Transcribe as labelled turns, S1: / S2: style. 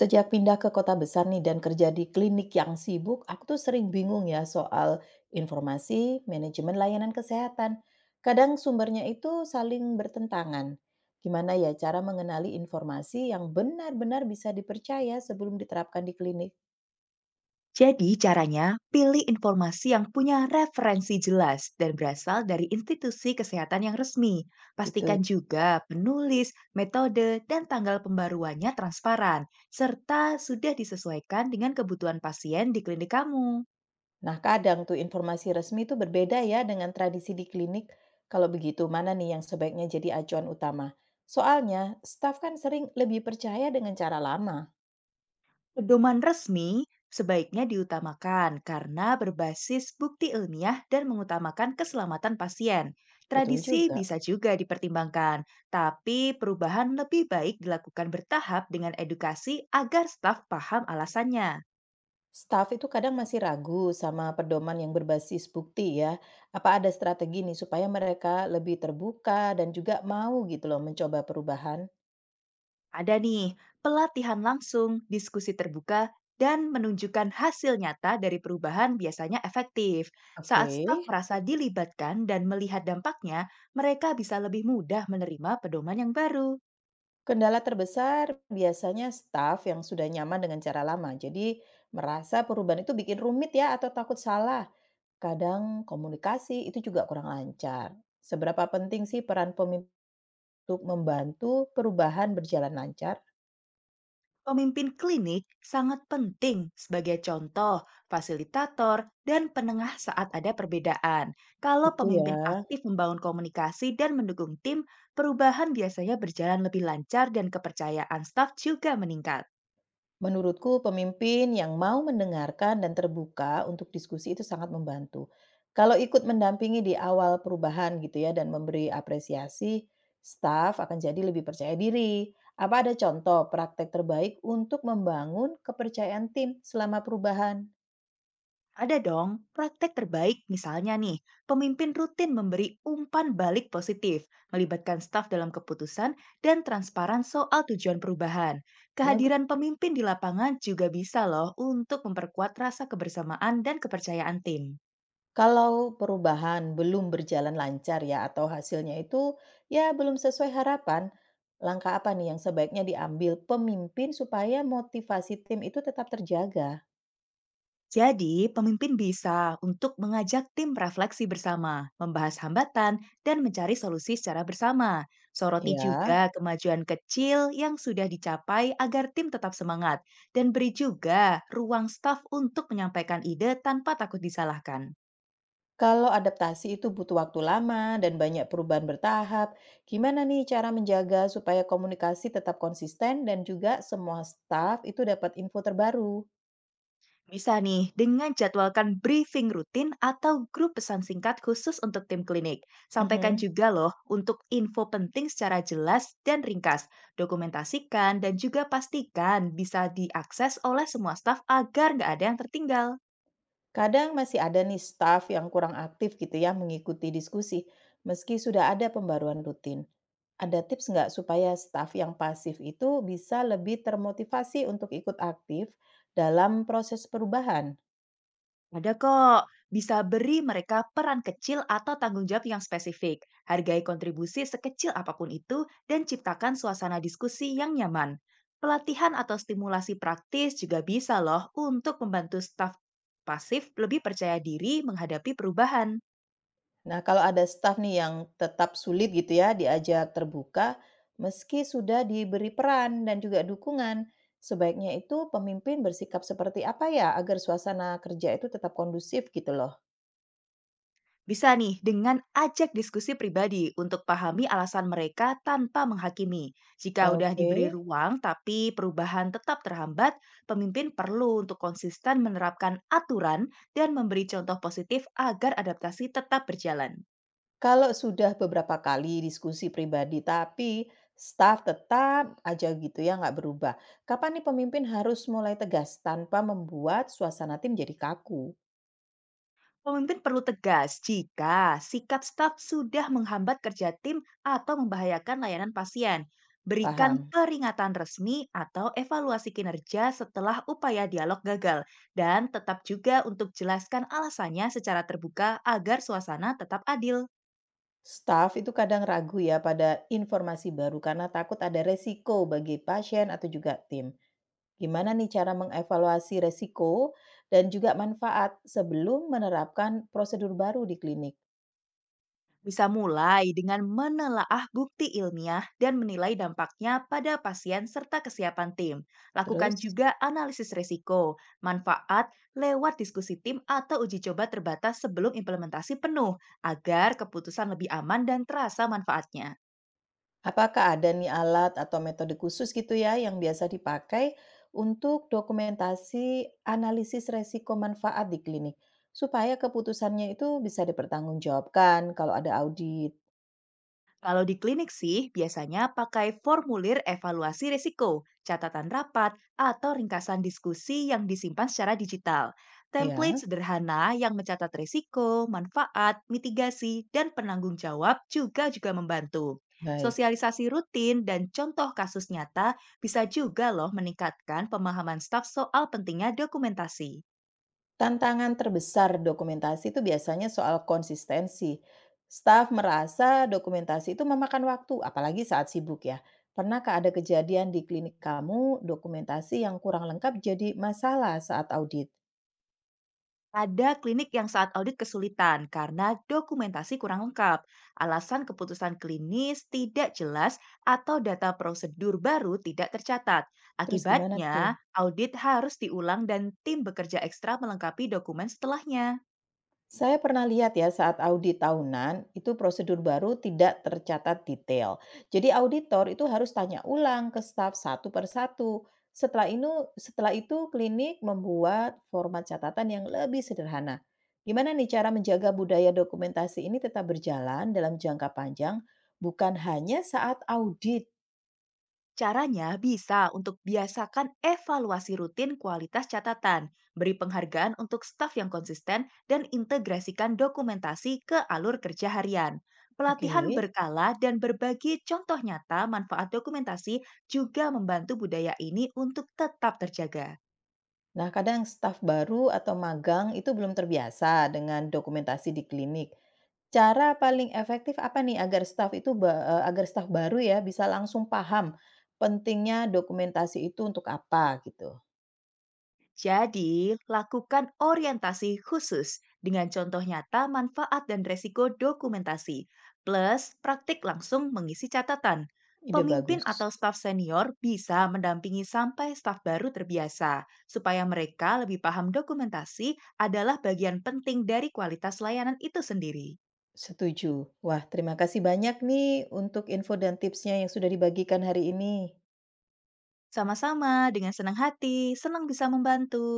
S1: Sejak pindah ke kota besar nih dan kerja di klinik yang sibuk, aku tuh sering bingung ya soal informasi, manajemen layanan kesehatan. Kadang sumbernya itu saling bertentangan. Gimana ya cara mengenali informasi yang benar-benar bisa dipercaya sebelum diterapkan di klinik
S2: Jadi caranya, pilih informasi yang punya referensi jelas dan berasal dari institusi kesehatan yang resmi.
S1: gitu
S2: Pastikan
S1: ya.
S2: juga penulis, metode, dan tanggal pembaruannya transparan, serta sudah disesuaikan dengan kebutuhan pasien di klinik kamu.
S1: Nah, kadang tuh informasi resmi itu berbeda ya dengan tradisi di klinik. Kalau begitu, mana nih yang sebaiknya jadi acuan utama? Soalnya, staf kan sering lebih percaya dengan cara lama.
S2: Pedoman resmi sebaiknya diutamakan karena berbasis bukti ilmiah dan mengutamakan keselamatan pasien.
S1: Betul
S2: Tradisi
S1: juga.
S2: bisa juga dipertimbangkan, tapi perubahan lebih baik dilakukan bertahap dengan edukasi agar staf paham alasannya.
S1: Staf itu kadang masih ragu sama pedoman yang berbasis bukti ya. Apa ada strategi nih supaya mereka lebih terbuka dan juga mau gitu loh mencoba perubahan?
S2: Ada nih, pelatihan langsung, diskusi terbuka, dan menunjukkan hasil nyata dari perubahan biasanya efektif.
S1: Oke.
S2: Saat staf merasa dilibatkan dan melihat dampaknya, mereka bisa lebih mudah menerima pedoman yang baru.
S1: Kendala terbesar biasanya staff yang sudah nyaman dengan cara lama. Jadi merasa perubahan itu bikin rumit ya atau takut salah. Kadang komunikasi itu juga kurang lancar. Seberapa penting sih peran pemimpin untuk membantu perubahan berjalan lancar?
S2: Pemimpin klinik sangat penting sebagai contoh, fasilitator, dan penengah saat ada perbedaan. Kalau
S1: Gitu ya.
S2: pemimpin aktif membangun komunikasi dan mendukung tim, perubahan biasanya berjalan lebih lancar dan kepercayaan staf juga meningkat.
S1: Menurutku, pemimpin yang mau mendengarkan dan terbuka untuk diskusi itu sangat membantu. Kalau ikut mendampingi di awal perubahan gitu ya dan memberi apresiasi, staf akan jadi lebih percaya diri. Apa ada contoh praktek terbaik untuk membangun kepercayaan tim selama perubahan?
S2: Ada dong, praktek terbaik misalnya nih, pemimpin rutin memberi umpan balik positif, melibatkan staf dalam keputusan, dan transparan soal tujuan perubahan.
S1: Bagus.
S2: Kehadiran pemimpin di lapangan juga bisa loh untuk memperkuat rasa kebersamaan dan kepercayaan tim.
S1: Kalau perubahan belum berjalan lancar ya atau hasilnya itu ya belum sesuai harapan, langkah apa nih yang sebaiknya diambil pemimpin supaya motivasi tim itu tetap terjaga?
S2: Jadi, pemimpin bisa untuk mengajak tim refleksi bersama, membahas hambatan, dan mencari solusi secara bersama. Soroti juga
S1: Ya,
S2: kemajuan kecil yang sudah dicapai agar tim tetap semangat, dan beri juga ruang staf untuk menyampaikan ide tanpa takut disalahkan.
S1: kalau adaptasi itu butuh waktu lama dan banyak perubahan bertahap, gimana nih cara menjaga supaya komunikasi tetap konsisten dan juga semua staf itu dapat info terbaru?
S2: Bisa nih, dengan jadwalkan briefing rutin atau grup pesan singkat khusus untuk tim klinik. Sampaikan
S1: Mhm.
S2: juga loh untuk info penting secara jelas dan ringkas. Dokumentasikan dan juga pastikan bisa diakses oleh semua staf agar nggak ada yang tertinggal.
S1: Kadang masih ada nih staf yang kurang aktif gitu ya mengikuti diskusi, meski sudah ada pembaruan rutin. Ada tips nggak supaya staf yang pasif itu bisa lebih termotivasi untuk ikut aktif dalam proses perubahan?
S2: Ada kok, bisa beri mereka peran kecil atau tanggung jawab yang spesifik. Hargai kontribusi sekecil apapun itu dan ciptakan suasana diskusi yang nyaman. Pelatihan atau stimulasi praktis juga bisa loh untuk membantu staf pasif lebih percaya diri menghadapi perubahan.
S1: Nah, kalau ada staf nih yang tetap sulit gitu ya diajak terbuka, meski sudah diberi peran dan juga dukungan, sebaiknya itu pemimpin bersikap seperti apa ya agar suasana kerja itu tetap kondusif gitu loh.
S2: Bisa nih dengan ajak diskusi pribadi untuk pahami alasan mereka tanpa menghakimi. Jika udah
S1: Oke,
S2: diberi ruang tapi perubahan tetap terhambat, pemimpin perlu untuk konsisten menerapkan aturan dan memberi contoh positif agar adaptasi tetap berjalan.
S1: kalau sudah beberapa kali diskusi pribadi tapi staf tetap aja gitu ya nggak berubah. Kapan nih pemimpin harus mulai tegas tanpa membuat suasana tim jadi kaku?
S2: Pemimpin perlu tegas jika sikap staf sudah menghambat kerja tim atau membahayakan layanan pasien. Berikan
S1: Paham?
S2: peringatan resmi atau evaluasi kinerja setelah upaya dialog gagal, dan tetap juga untuk jelaskan alasannya secara terbuka agar suasana tetap adil.
S1: Staf itu kadang ragu ya pada informasi baru karena takut ada resiko bagi pasien atau juga tim. Gimana nih cara mengevaluasi resiko dan juga manfaat sebelum menerapkan prosedur baru di klinik?
S2: Bisa mulai dengan menelaah bukti ilmiah dan menilai dampaknya pada pasien serta kesiapan tim. Lakukan
S1: Terus,
S2: juga analisis risiko, manfaat lewat diskusi tim atau uji coba terbatas sebelum implementasi penuh agar keputusan lebih aman dan terasa manfaatnya.
S1: apakah ada nih alat atau metode khusus gitu ya yang biasa dipakai untuk dokumentasi analisis resiko manfaat di klinik supaya keputusannya itu bisa dipertanggungjawabkan kalau ada audit?
S2: Kalau di klinik sih, biasanya pakai formulir evaluasi risiko, catatan rapat, atau ringkasan diskusi yang disimpan secara digital. Template
S1: Ya,
S2: sederhana yang mencatat risiko, manfaat, mitigasi, dan penanggung jawab juga juga membantu.
S1: baik.
S2: Sosialisasi rutin dan contoh kasus nyata bisa juga loh meningkatkan pemahaman staf soal pentingnya dokumentasi.
S1: Tantangan terbesar dokumentasi itu biasanya soal konsistensi. Staf merasa dokumentasi itu memakan waktu, apalagi saat sibuk ya. Pernahkah ada kejadian di klinik kamu dokumentasi yang kurang lengkap jadi masalah saat audit?
S2: Ada klinik yang saat audit kesulitan karena dokumentasi kurang lengkap, alasan keputusan klinis tidak jelas, atau data prosedur baru tidak tercatat.
S1: Terus gimana
S2: Akibatnya,
S1: tuh?
S2: audit harus diulang dan tim bekerja ekstra melengkapi dokumen setelahnya.
S1: Saya pernah lihat ya saat audit tahunan, itu prosedur baru tidak tercatat detail. Jadi auditor itu harus tanya ulang ke staf satu per satu. Setelah itu, setelah itu, klinik membuat format catatan yang lebih sederhana. Gimana nih cara menjaga budaya dokumentasi ini tetap berjalan dalam jangka panjang, bukan hanya saat audit.
S2: Caranya bisa untuk biasakan evaluasi rutin kualitas catatan, beri penghargaan untuk staf yang konsisten, dan integrasikan dokumentasi ke alur kerja harian.
S1: Oke.
S2: Pelatihan berkala dan berbagi contoh nyata manfaat dokumentasi juga membantu budaya ini untuk tetap terjaga.
S1: Nah, kadang staf baru atau magang itu belum terbiasa dengan dokumentasi di klinik. Cara paling efektif apa nih agar staf itu ba eee, agar staf baru ya bisa langsung paham pentingnya dokumentasi itu untuk apa gitu?
S2: Jadi, lakukan orientasi khusus dengan contoh nyata manfaat dan resiko dokumentasi, plus praktik langsung mengisi catatan.
S1: Ide
S2: Pemimpin
S1: bagus,
S2: atau staf senior bisa mendampingi sampai staf baru terbiasa, supaya mereka lebih paham dokumentasi adalah bagian penting dari kualitas layanan itu sendiri.
S1: setuju. Wah terima kasih banyak nih untuk info dan tipsnya yang sudah dibagikan hari ini.
S2: Sama-sama, dengan senang hati, senang bisa membantu.